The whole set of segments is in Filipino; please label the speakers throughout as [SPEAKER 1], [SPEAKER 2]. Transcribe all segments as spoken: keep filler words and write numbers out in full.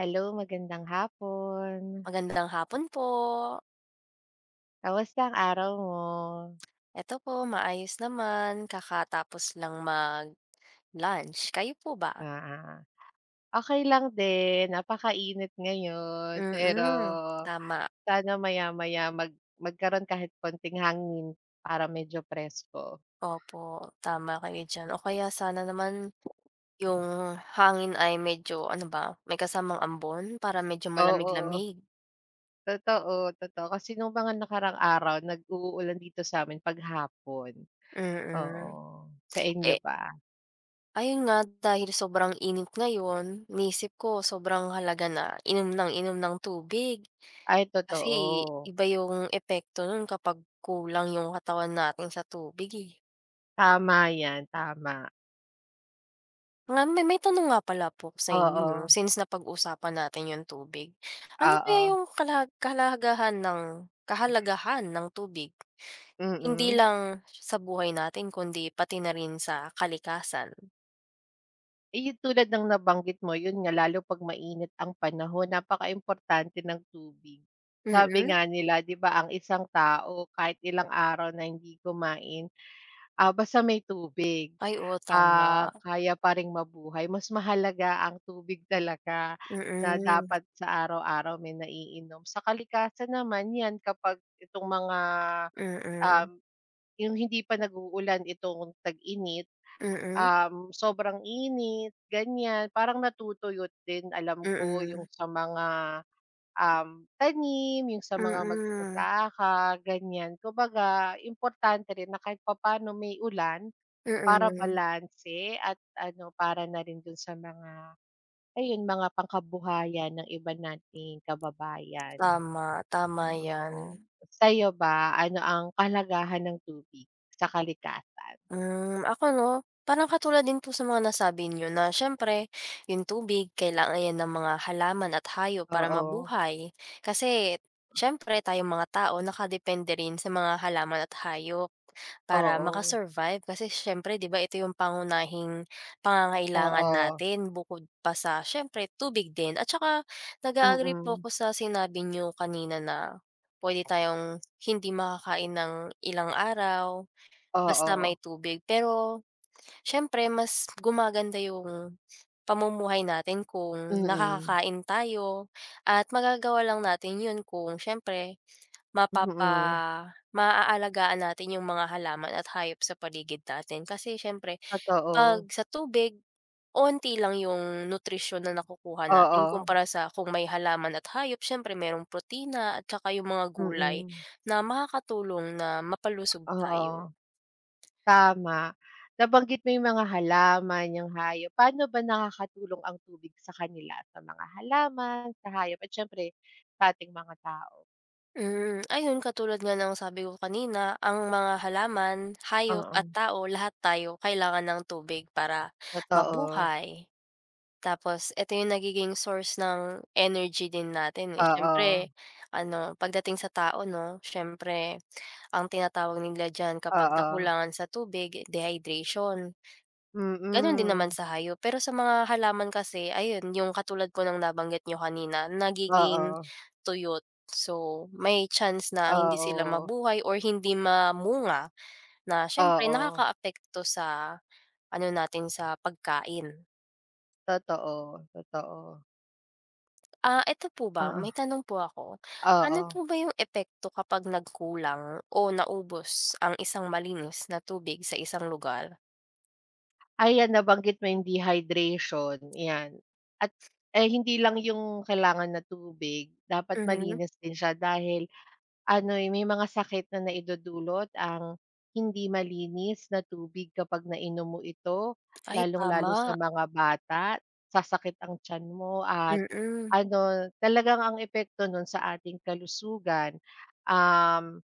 [SPEAKER 1] Hello, magandang hapon.
[SPEAKER 2] Magandang hapon po.
[SPEAKER 1] Kamusta ang araw mo?
[SPEAKER 2] Eto po, maayos naman. Kakatapos lang mag-lunch. Kayo po ba?
[SPEAKER 1] ah okay lang din, napakainit ngayon,
[SPEAKER 2] Mm,
[SPEAKER 1] pero
[SPEAKER 2] mm, tama.
[SPEAKER 1] sana maya-maya mag magkaroon kahit konting hangin para medyo presko.
[SPEAKER 2] Opo, tama kayo diyan. O kaya sana naman yung hangin ay medyo ano ba, may kasamang ambon para medyo
[SPEAKER 1] Oo,
[SPEAKER 2] malamig-lamig.
[SPEAKER 1] totoo, totoo. Kasi nung mga nakarang araw nag-uulan dito sa'min 'pag hapon,
[SPEAKER 2] Mm. Mm.
[SPEAKER 1] oo. Sa inyo
[SPEAKER 2] Eh,
[SPEAKER 1] ba?
[SPEAKER 2] ayun nga dahil sobrang init ngayon, iniisip ko sobrang halaga na inom ng inom ng tubig.
[SPEAKER 1] Ay
[SPEAKER 2] Kasi
[SPEAKER 1] totoo,
[SPEAKER 2] iba yung epekto nun kapag kulang yung katawan natin sa tubig, eh.
[SPEAKER 1] tama 'yan, tama.
[SPEAKER 2] Nga may may tanong nga pala po sa inyo 'no,
[SPEAKER 1] Oo,
[SPEAKER 2] since napag-usapan natin yung tubig. Ano kaya
[SPEAKER 1] oo,
[SPEAKER 2] yung kalag kahalagahan ng kahalagahan ng tubig? Hindi
[SPEAKER 1] mm.
[SPEAKER 2] lang sa buhay natin kundi pati na rin sa kalikasan.
[SPEAKER 1] Eh, yung tulad ng nabanggit mo, yun nga lalo 'pag mainit ang panahon napaka importante ng tubig. Sabi
[SPEAKER 2] Mm.
[SPEAKER 1] nga nila 'di ba ang isang tao kahit ilang araw na hindi kumain, ah, basta may tubig,
[SPEAKER 2] Ay, oo tama.
[SPEAKER 1] ah, kaya pa ring mabuhay. Mas mahalaga ang tubig talaga na
[SPEAKER 2] Mm,
[SPEAKER 1] dapat sa araw-araw may naiinom. Sa kalikasan naman 'yan kapag itong mga,
[SPEAKER 2] mm,
[SPEAKER 1] um, yung hindi pa nag-uulan itong tag-init
[SPEAKER 2] mm,
[SPEAKER 1] um, sobrang init, ganyan. Parang natutuyot din alam ko
[SPEAKER 2] mm,
[SPEAKER 1] yung sa mga, um, tanim, yung sa mga
[SPEAKER 2] mm,
[SPEAKER 1] magsasaka, ganyan. Kumbaga importante rin na kahit papaano may ulan para
[SPEAKER 2] mm,
[SPEAKER 1] balanse at ano, para na rin dun sa mga, ayun, mga pangkabuhayan ng iba nating kababayan,
[SPEAKER 2] tama, tama yan.
[SPEAKER 1] oo. Sa'yo ba, ano ang kalagahan ng tubig sa kalikasan?
[SPEAKER 2] Hmm, ako 'no, parang katulad din po sa mga nasabi niyo na siyempre yung tubig kailangan 'yan ng mga halaman at hayop para
[SPEAKER 1] Oo,
[SPEAKER 2] mabuhay. Kasi siyempre tayong mga tao nakadepende rin sa mga halaman at hayop para maka
[SPEAKER 1] oo,
[SPEAKER 2] kasi siyempre 'di ba ito yung pangunahing pangangailangan
[SPEAKER 1] oo.
[SPEAKER 2] natin bukod pa sa siyempre tubig din. At saka nag-a-agree po
[SPEAKER 1] Mm,
[SPEAKER 2] ako sa sinabi niyo kanina na puwede tayong hindi makakain ng ilang araw. Basta
[SPEAKER 1] oo.
[SPEAKER 2] may tubig. Pero siyempre mas gumaganda yung pamumuhay natin kung
[SPEAKER 1] Mm,
[SPEAKER 2] nakakakain tayo at magagawa lang natin yun kung siyempre mapapa
[SPEAKER 1] mm,
[SPEAKER 2] maaalagaan natin yung mga halaman at hayop sa paligid natin. Kasi siyempre 'pag
[SPEAKER 1] totoo.
[SPEAKER 2] sa tubig, onti lang yung nutrisyon na nakukuha natin
[SPEAKER 1] Oo,
[SPEAKER 2] kumpara sa kung may halaman at hayop siyempre merong protina at saka yung mga gulay
[SPEAKER 1] mm,
[SPEAKER 2] na makakatulong na mapalusog
[SPEAKER 1] oo,
[SPEAKER 2] tayo.
[SPEAKER 1] tama. Nabanggit mo yung mga halaman, yung hayop. Paano ba nakakatulong ang tubig sa kanila, sa mga halaman, sa hayop at siyempre sa ating mga tao?
[SPEAKER 2] Mm, ayun katulad nga ng sabi ko kanina, ang mga halaman, hayop at
[SPEAKER 1] Oo,
[SPEAKER 2] tao, lahat tayo kailangan ng tubig para
[SPEAKER 1] totoo.
[SPEAKER 2] mabuhay. Tapos ito yung nagiging source ng energy din natin, eh.
[SPEAKER 1] Oo,
[SPEAKER 2] Siyempre ano, pagdating sa tao 'no, siyempre ang tinatawag nila diyan kapag
[SPEAKER 1] oo,
[SPEAKER 2] nakulangan sa tubig, dehydration. Gano'n din
[SPEAKER 1] mm,
[SPEAKER 2] naman sa hayop, pero sa mga halaman kasi ayun, yung katulad po ng nabanggit niyo kanina nagiging
[SPEAKER 1] oo,
[SPEAKER 2] tuyot. So, may chance na hindi sila
[SPEAKER 1] oo,
[SPEAKER 2] mabuhay or hindi mamunga na siyempre
[SPEAKER 1] oo,
[SPEAKER 2] nakakaapekto sa ano natin, sa pagkain.
[SPEAKER 1] totoo, totoo.
[SPEAKER 2] Ah, eto po ba,
[SPEAKER 1] Oo,
[SPEAKER 2] may tanong po ako. Ano po
[SPEAKER 1] oo.
[SPEAKER 2] ba yung epekto kapag nagkulang o naubos ang isang malinis na tubig sa isang lugar?
[SPEAKER 1] Ayan 'yan nabanggit mo yung dehydration, 'yan. At, eh, hindi lang yung kailangan na tubig, dapat
[SPEAKER 2] Mhm.
[SPEAKER 1] malinis din siya dahil ano, eh, may mga sakit na naidudulot ang hindi malinis na tubig kapag nainom mo ito,
[SPEAKER 2] Ay
[SPEAKER 1] lalong-lalo
[SPEAKER 2] tama,
[SPEAKER 1] sa mga bata. Sasakit ang tiyan mo at
[SPEAKER 2] mm.
[SPEAKER 1] ano, talagang ang epekto nun sa ating kalusugan. um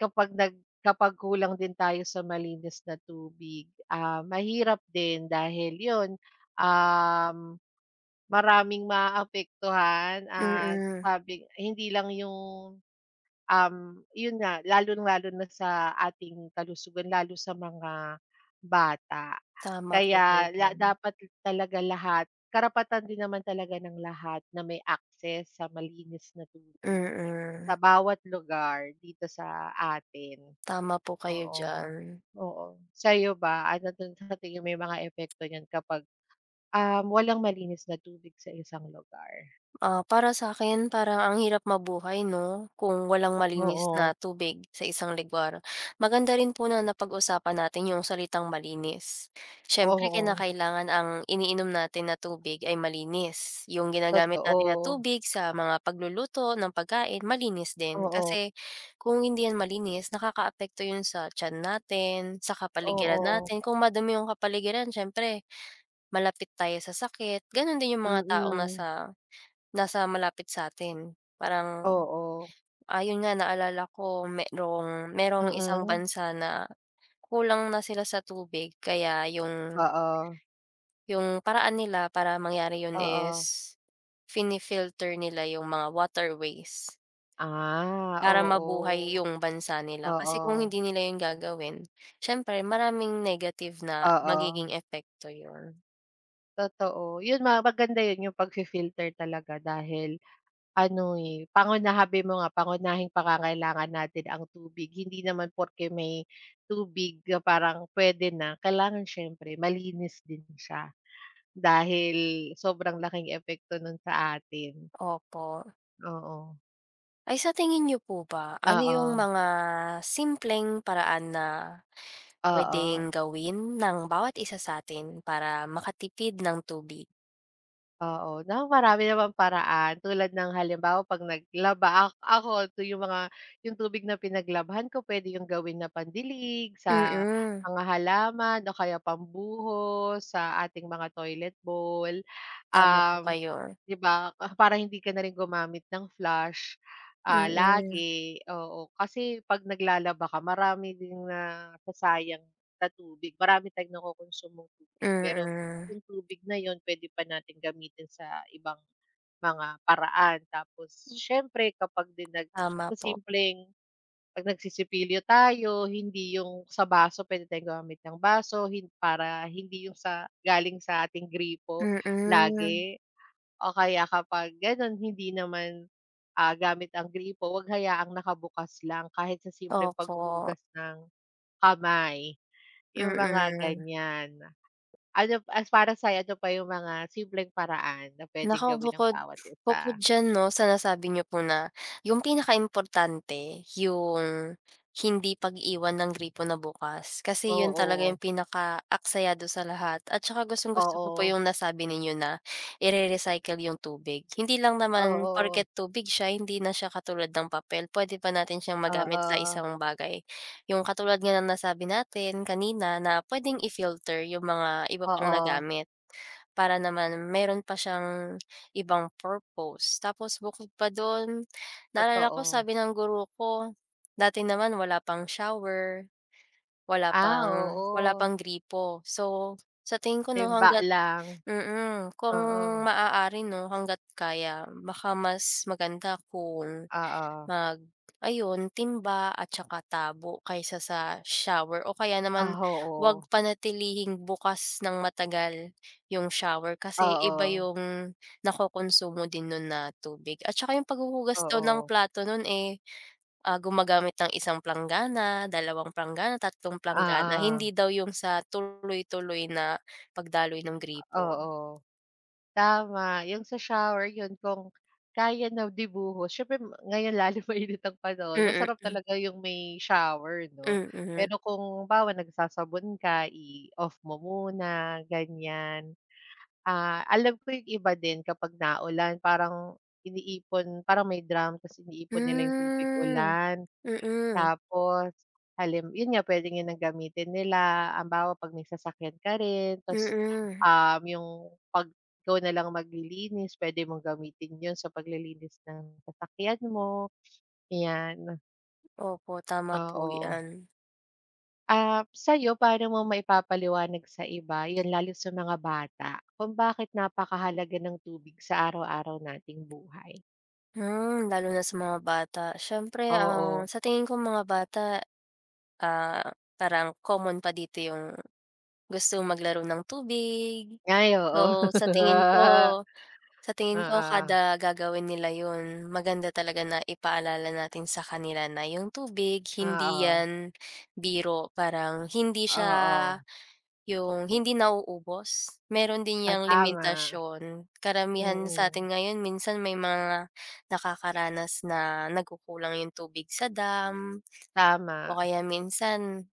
[SPEAKER 1] Kapag nag kapag kulang din tayo sa malinis na tubig, ah, mahirap din dahil yun, um, maraming maaapektuhan at
[SPEAKER 2] Mm,
[SPEAKER 1] sabi hindi lang yung, um, yun nga lalong-lalo na sa ating kalusugan lalo sa mga bata.
[SPEAKER 2] Tama po kayo
[SPEAKER 1] Kaya la
[SPEAKER 2] diyan.
[SPEAKER 1] dapat talaga lahat karapatan din naman talaga ng lahat na may access sa malinis na tubig sa
[SPEAKER 2] Mm,
[SPEAKER 1] bawat lugar dito sa atin.
[SPEAKER 2] Tama po kayo
[SPEAKER 1] Oo,
[SPEAKER 2] diyan.
[SPEAKER 1] oo. Sa'yo ba, ano dun sa tingin mo yung mga epekto niyan kapag, um, walang malinis na tubig sa isang lugar?
[SPEAKER 2] Ah, para sa'kin parang ang hirap mabuhay 'no, kung walang malinis
[SPEAKER 1] Oo,
[SPEAKER 2] na tubig sa isang lugar. Maganda rin po na napag-usapan natin yung salitang "malinis." Siyempre
[SPEAKER 1] oo,
[SPEAKER 2] kinakailangan ang iniinom natin na tubig ay malinis. Yung ginagamit natin na
[SPEAKER 1] totoo.
[SPEAKER 2] tubig sa mga pagluluto ng pagkain, malinis din.
[SPEAKER 1] Oo,
[SPEAKER 2] Kasi kung hindi yan malinis, nakakaapekto yun sa tiyan natin, sa kapaligiran
[SPEAKER 1] oo,
[SPEAKER 2] natin. Kung madumi yung kapaligiran siyempre malapit tayo sa sakit, gano'n din yung mga taong
[SPEAKER 1] mm.
[SPEAKER 2] nasa nasa malapit sa sa'tin. Parang,
[SPEAKER 1] Oo,
[SPEAKER 2] ayun nga naalala ko merong merong isang
[SPEAKER 1] mm.
[SPEAKER 2] bansa na kulang na sila sa tubig kaya yung
[SPEAKER 1] Oo,
[SPEAKER 2] yung paraan nila para mangyari yun is
[SPEAKER 1] oo.
[SPEAKER 2] fini-filter nila yung mga waterways
[SPEAKER 1] Ah,
[SPEAKER 2] para mabuhay
[SPEAKER 1] oo.
[SPEAKER 2] yung bansa nila. Kasi kung
[SPEAKER 1] Oo,
[SPEAKER 2] hindi nila yun gagawin, siyempre maraming negative na
[SPEAKER 1] oo,
[SPEAKER 2] magiging epekto yun.
[SPEAKER 1] totoo. Yun ma maganda yun yung pagfi-filter talaga dahil ano, eh, pangunahabi mo nga, pangunahing pangangailangan natin ang tubig. Hindi naman porke may tubig na parang puwede na, kailangan siyempre malinis din siya dahil sobrang laking epekto nun sa atin.
[SPEAKER 2] Opo.
[SPEAKER 1] Oo,
[SPEAKER 2] Ay sa tingin niyo po ba, ano yung
[SPEAKER 1] oo,
[SPEAKER 2] mga simpleng paraan na puwedeng
[SPEAKER 1] oo.
[SPEAKER 2] gawin ng bawat isa sa sa'tin para makatipid ng tubig?
[SPEAKER 1] Oo, na marami namang paraan tulad ng halimbawa 'pag naglaba ak ako to yung mga yung tubig na pinaglabhan ko puwede yung gawin na pandilig sa
[SPEAKER 2] Mm,
[SPEAKER 1] mga halaman o kaya pambuhos sa ating mga toilet bowl.
[SPEAKER 2] Tama po
[SPEAKER 1] um
[SPEAKER 2] kayo.
[SPEAKER 1] 'Di ba, Ka- para hindi ka na rin gumamit ng flash, ah,
[SPEAKER 2] Mm,
[SPEAKER 1] lagi, oo. Kasi 'pag naglalaba ka marami ding nasasayang na sasayang sa tubig, marami tayong nakokonsumong tubig. Pero
[SPEAKER 2] mm.
[SPEAKER 1] yung tubig na yon puwede pa natin gamitin sa ibang mga paraan. Tapos siyempre kapag din nag
[SPEAKER 2] Tama
[SPEAKER 1] sa
[SPEAKER 2] po.
[SPEAKER 1] simpleng 'pag nagsisipilyo tayo, hindi yung sa baso puwede tayong gumamit ng baso hin para hindi yung sa galing sa ating gripo
[SPEAKER 2] Mm,
[SPEAKER 1] lagi o kaya kapag gano'n hindi naman, ah, gamit ang gripo 'wag hayaang nakabukas lang kahit sa simpleng
[SPEAKER 2] opo,
[SPEAKER 1] paghuhugas ng kamay, yung mga
[SPEAKER 2] mm.
[SPEAKER 1] ganiyan. Ano as para sa ano pa yung mga simpleng paraan na puwedeng
[SPEAKER 2] Naku,
[SPEAKER 1] gawin ng
[SPEAKER 2] bukod
[SPEAKER 1] bawat isa?
[SPEAKER 2] bukod diyan 'no, sa nasabi niyo po na yung pinakaimportante yung hindi pag-iwan ng gripo na bukas. Kasi yun talaga yung
[SPEAKER 1] Oo,
[SPEAKER 2] pinakaaksaya dun sa lahat at saka gustong-gusto ko po
[SPEAKER 1] oo,
[SPEAKER 2] yung nasabi ninyo na ire-recycle yung tubig. Hindi lang naman
[SPEAKER 1] oo,
[SPEAKER 2] porket tubig siya, hindi na siya katulad ng papel, puwede pa natin siyang magamit sa
[SPEAKER 1] oo,
[SPEAKER 2] isang bagay. Yung katulad nga ng nasabi natin kanina na puwedeng i-filter yung mga iba pang
[SPEAKER 1] oo,
[SPEAKER 2] nagamit. Para naman meron pa siyang ibang purpose. Tapos bukod pa dun, naalala ko
[SPEAKER 1] totoo.
[SPEAKER 2] sabi ng guro ko, dati naman wala pang shower, wala
[SPEAKER 1] Ah,
[SPEAKER 2] pang wala
[SPEAKER 1] oo,
[SPEAKER 2] pang gripo. So, sa tingin ko 'no
[SPEAKER 1] timba
[SPEAKER 2] hangga't
[SPEAKER 1] lang,
[SPEAKER 2] mm, kung
[SPEAKER 1] oo,
[SPEAKER 2] maaari 'no, hangga't kaya baka mas maganda kung
[SPEAKER 1] oo.
[SPEAKER 2] Mag ayun, timba at saka tabo kaysa sa shower o kaya naman
[SPEAKER 1] Ah,
[SPEAKER 2] 'wag
[SPEAKER 1] oo,
[SPEAKER 2] panatilihing bukas ng matagal yung shower
[SPEAKER 1] oo,
[SPEAKER 2] kasi iba
[SPEAKER 1] oo,
[SPEAKER 2] yung nakokonsumo din nun na tubig at saka yung paghuhugas daw ng
[SPEAKER 1] oo.
[SPEAKER 2] plato nun, eh, ah, gumagamit ng isang planggana, dalawang planggana, tatlong planggana,
[SPEAKER 1] Oo.
[SPEAKER 2] hindi daw yung sa tuloy-tuloy na pagdaloy ng gripo.
[SPEAKER 1] Oo, tama. Yung sa shower yun kung kaya na dibuhos siyempre m- ngayon lalo mainit ang panahon
[SPEAKER 2] Mm,
[SPEAKER 1] masarap
[SPEAKER 2] hmm,
[SPEAKER 1] talaga yung may shower 'no.
[SPEAKER 2] mm.
[SPEAKER 1] Pero kung bawa nagsasabon ka i-off mo muna ganyan. Ah, alam ko yung iba din kapag naulan parang iniipon parang may drum tas iniipon nila yung tubig
[SPEAKER 2] Hmm,
[SPEAKER 1] ulan.
[SPEAKER 2] mm,
[SPEAKER 1] Tapos halim yun nga puwedeng yun ang gamitin nila, halimbawa 'pag may sasakyan ka rin ta's,
[SPEAKER 2] mm.
[SPEAKER 1] um, yung 'pag ikaw na lang maglilinis pwede mong gamitin yun sa paglilinis ng sasakyan mo, 'yan,
[SPEAKER 2] Opo, tama po
[SPEAKER 1] oo.
[SPEAKER 2] 'yan.
[SPEAKER 1] Ah, sa'yo paano mo maipapaliwanag sa iba, yun lalo sa mga bata, kung bakit napakahalaga ng tubig sa araw-araw nating buhay?
[SPEAKER 2] Hmm, lalo na sa mga bata. Siyempre, ang
[SPEAKER 1] Oo,
[SPEAKER 2] sa tingin ko mga bata, ah, parang common pa dito yung gusto maglaro ng tubig.
[SPEAKER 1] ay oo.
[SPEAKER 2] So, sa tingin ko sa tingin ko
[SPEAKER 1] Oo,
[SPEAKER 2] kada gagawin nila 'yun, maganda talaga na ipaalala natin sa kanila na yung tubig hindi
[SPEAKER 1] oo,
[SPEAKER 2] 'yan biro, parang hindi siya.
[SPEAKER 1] oo.
[SPEAKER 2] Yung hindi nauubos, meron din
[SPEAKER 1] Ay
[SPEAKER 2] yang
[SPEAKER 1] tama,
[SPEAKER 2] limitasyon. Karamihan
[SPEAKER 1] mm.
[SPEAKER 2] sa'tin ngayon minsan may mga nakakaranas na nagkukulang yung tubig sa dam o
[SPEAKER 1] Tama,
[SPEAKER 2] kaya minsan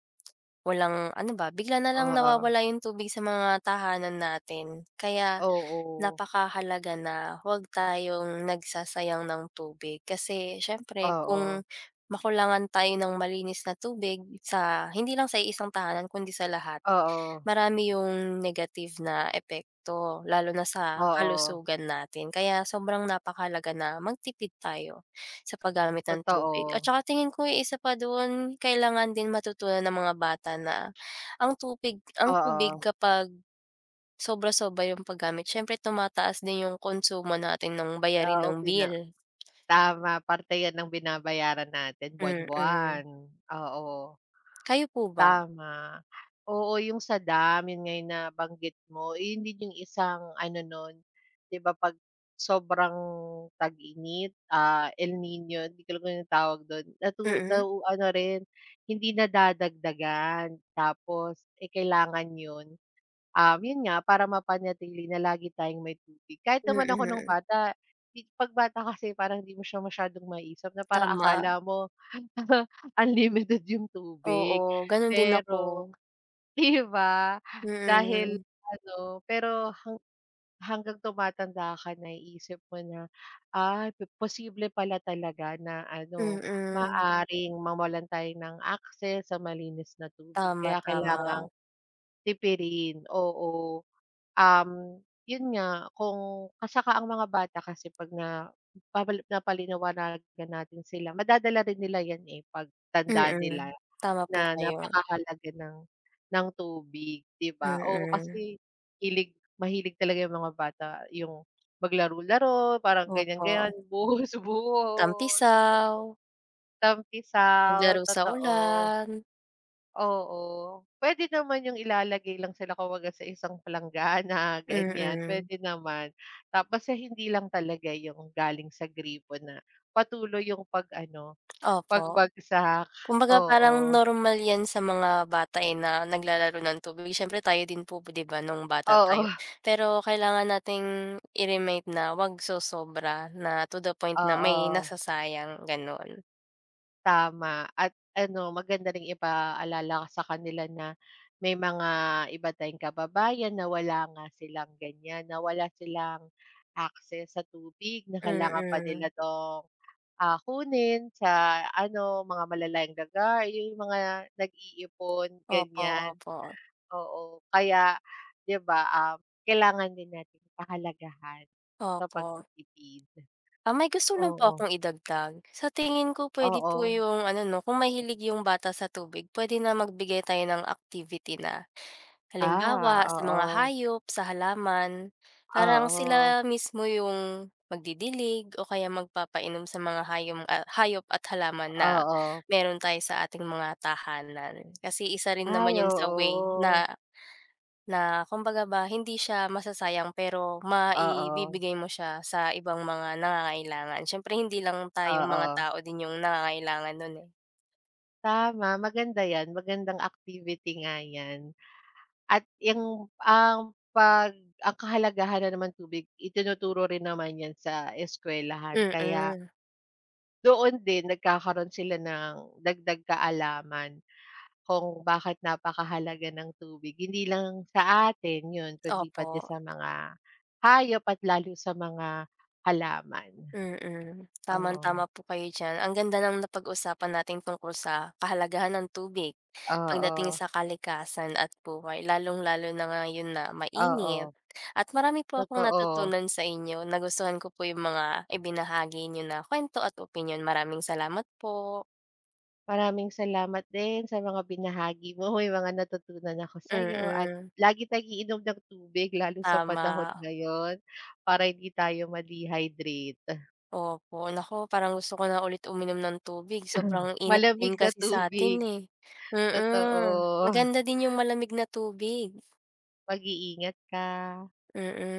[SPEAKER 2] walang ano ba, bigla na lang
[SPEAKER 1] oo.
[SPEAKER 2] nawawala yung tubig sa mga tahanan natin. Kaya
[SPEAKER 1] Oo.
[SPEAKER 2] napakahalaga na huwag tayong nagsasayang ng tubig kasi siyempre kung
[SPEAKER 1] Oo.
[SPEAKER 2] makulangan tayo ng malinis na tubig sa hindi lang sa isang tahanan kundi sa lahat.
[SPEAKER 1] Oo.
[SPEAKER 2] Marami yung negative na epekto lalo na sa
[SPEAKER 1] Oo.
[SPEAKER 2] kalusugan natin kaya sobrang napakalaga na magtipid tayo sa paggamit ng tubig at
[SPEAKER 1] Totoo.
[SPEAKER 2] saka tingin ko yung isa pa dun kailangan din matutunan ng mga bata na ang tubig ang
[SPEAKER 1] Oo.
[SPEAKER 2] tubig kapag sobra-sobra yung paggamit siyempre tumataas din yung konsumo natin ng bayarin
[SPEAKER 1] Oo,
[SPEAKER 2] ng
[SPEAKER 1] bina
[SPEAKER 2] bill,
[SPEAKER 1] tama parte 'yan ng binabayaran natin
[SPEAKER 2] mm.
[SPEAKER 1] buwan-buwan, oo.
[SPEAKER 2] Kayo po ba?
[SPEAKER 1] Tama. Oo, yung sa dam, yun nga yung nabanggit mo, eh, yun din yung isang ano nun, 'di ba 'pag sobrang tag-init, ah, El Nino, hindi ko alam kung anong tawag dun, natu
[SPEAKER 2] Mm,
[SPEAKER 1] nau ano rin, hindi nadadagdagan. Tapos, eh, kailangan yun, um, yun nga, para mapanatili na lagi tayong may tubig. Kahit naman ako nung
[SPEAKER 2] mm.
[SPEAKER 1] bata, 'di 'pag bata kasi parang hindi mo siya masyadong maiisip na para
[SPEAKER 2] Tama,
[SPEAKER 1] akala mo unlimited yung
[SPEAKER 2] oo
[SPEAKER 1] tubig.
[SPEAKER 2] ganun din ako,
[SPEAKER 1] Pero 'di ba, dahil
[SPEAKER 2] mm.
[SPEAKER 1] ano, pero hanggang tumatanda ka naiisip mo na, ah, p- posible pala talaga na ano,
[SPEAKER 2] Mm.
[SPEAKER 1] maaring mawalan tayo ng access sa malinis na tubig
[SPEAKER 2] Tama,
[SPEAKER 1] kaya
[SPEAKER 2] tama.
[SPEAKER 1] kailangang tipirin, oo. Um, Yun nga kung at ang mga bata kasi 'pag na papali napaliwanagan natin sila madadala rin nila yan, eh, 'pag tanda nila.
[SPEAKER 2] Mm. Tama po
[SPEAKER 1] Na
[SPEAKER 2] kayo.
[SPEAKER 1] napakahalaga ng ng tubig, 'di ba? Oo,
[SPEAKER 2] Mm.
[SPEAKER 1] kasi hilig mahilig talaga yung mga bata yung maglaro-laro, parang
[SPEAKER 2] Opo.
[SPEAKER 1] ganyan-ganyan, buhos-buhos,
[SPEAKER 2] Tampisaw,
[SPEAKER 1] tampisaw,
[SPEAKER 2] maglaro sa
[SPEAKER 1] totoo.
[SPEAKER 2] ulan.
[SPEAKER 1] Oo, pwede naman yung ilalagay lang sila kumbaga sa isang palanggana, ganyan,
[SPEAKER 2] Mm.
[SPEAKER 1] pwede naman. Tapos sa hindi lang talaga yung galing sa gripo na patuloy yung pag-ano,
[SPEAKER 2] Opo.
[SPEAKER 1] pagbagsak,
[SPEAKER 2] Kumbaga parang
[SPEAKER 1] oo.
[SPEAKER 2] normal 'yan sa mga bata, eh, na naglalaro ng tubig. Siyempre tayo din po 'di ba nung bata
[SPEAKER 1] Oo,
[SPEAKER 2] tayo. Pero kailangan nating i-remind na 'wag sosobra na to the point na may
[SPEAKER 1] oo.
[SPEAKER 2] nasasayang, gano'n.
[SPEAKER 1] Tama at ano maganda ring ipaalala sa kanila na may mga iba tayong kababayan na wala nga silang ganyan, na wala silang access sa tubig na kailangan pa nila
[SPEAKER 2] Mm.
[SPEAKER 1] 'tong, ah, kunin sa ano mga malalayong daga yung mga nag-iipon
[SPEAKER 2] Opo,
[SPEAKER 1] ganyan,
[SPEAKER 2] opo.
[SPEAKER 1] oo. Kaya 'di ba, um, kailangan din natin pahalagahan sa
[SPEAKER 2] Opo.
[SPEAKER 1] pagtitipid.
[SPEAKER 2] Ah, may gusto lang po
[SPEAKER 1] Oo,
[SPEAKER 2] akong idagdag. Sa tingin ko pwede po
[SPEAKER 1] oo.
[SPEAKER 2] yung ano 'no, kung mahilig yung bata sa tubig pwede na magbigay tayo ng activity na
[SPEAKER 1] Ah,
[SPEAKER 2] halimbawa sa mga
[SPEAKER 1] oo,
[SPEAKER 2] hayop, sa halaman, parang
[SPEAKER 1] oo.
[SPEAKER 2] sila mismo yung magdidilig o kaya magpapainom sa mga hayom ah, hayop at halaman na
[SPEAKER 1] Oo.
[SPEAKER 2] meron tayo sa ating mga tahanan. Kasi isa rin
[SPEAKER 1] Ay,
[SPEAKER 2] naman yun sa way
[SPEAKER 1] oo.
[SPEAKER 2] na na kumbaga ba hindi siya masasayang pero
[SPEAKER 1] Oo,
[SPEAKER 2] maibibigay mo siya sa ibang mga nangangailangan. Siyempre hindi lang tayong mga
[SPEAKER 1] oo.
[SPEAKER 2] tao din yung nangangailangan nun, eh.
[SPEAKER 1] Tama, maganda 'yan, magandang activity nga 'yan. At yung ang pag ang kahalagahan na naman tubig itinuturo rin naman 'yan sa eskuwelahan kaya
[SPEAKER 2] Mm,
[SPEAKER 1] doon din nagkakaroon sila ng dagdag kaalaman kung bakit napakahalaga ng tubig. Hindi lang sa atin 'yun kundi
[SPEAKER 2] opo,
[SPEAKER 1] pati sa mga hayop at lalo sa mga halaman.
[SPEAKER 2] mm.
[SPEAKER 1] Oo,
[SPEAKER 2] Tamang-tama po kayo diyan. Ang ganda ng napag-usapan natin tungkol sa kahalagahan ng tubig pagdating
[SPEAKER 1] oo.
[SPEAKER 2] sa kalikasan at buhay, lalong-lalo na ngayon na mainit.
[SPEAKER 1] Oo,
[SPEAKER 2] At marami po akong
[SPEAKER 1] totoo.
[SPEAKER 2] natutunan sa inyo, nagustuhan ko po yung mga ibinahagi niyo na kwento at opinyon. Maraming salamat po.
[SPEAKER 1] Maraming salamat din sa mga binahagi mo. May mga natutunan ako sa'yo at
[SPEAKER 2] Mm,
[SPEAKER 1] lagi nag-iinom ng tubig lalo sa panahon
[SPEAKER 2] tama.
[SPEAKER 1] ngayon para hindi tayo ma-dehydrate.
[SPEAKER 2] Opo, naku parang gusto ko na ulit uminom ng tubig sobrang init din
[SPEAKER 1] Malamig na
[SPEAKER 2] kasi sa atin
[SPEAKER 1] tubig,
[SPEAKER 2] eh.
[SPEAKER 1] totoo.
[SPEAKER 2] Mm, maganda din yung malamig na tubig,
[SPEAKER 1] Mag-iingat ka.
[SPEAKER 2] mm.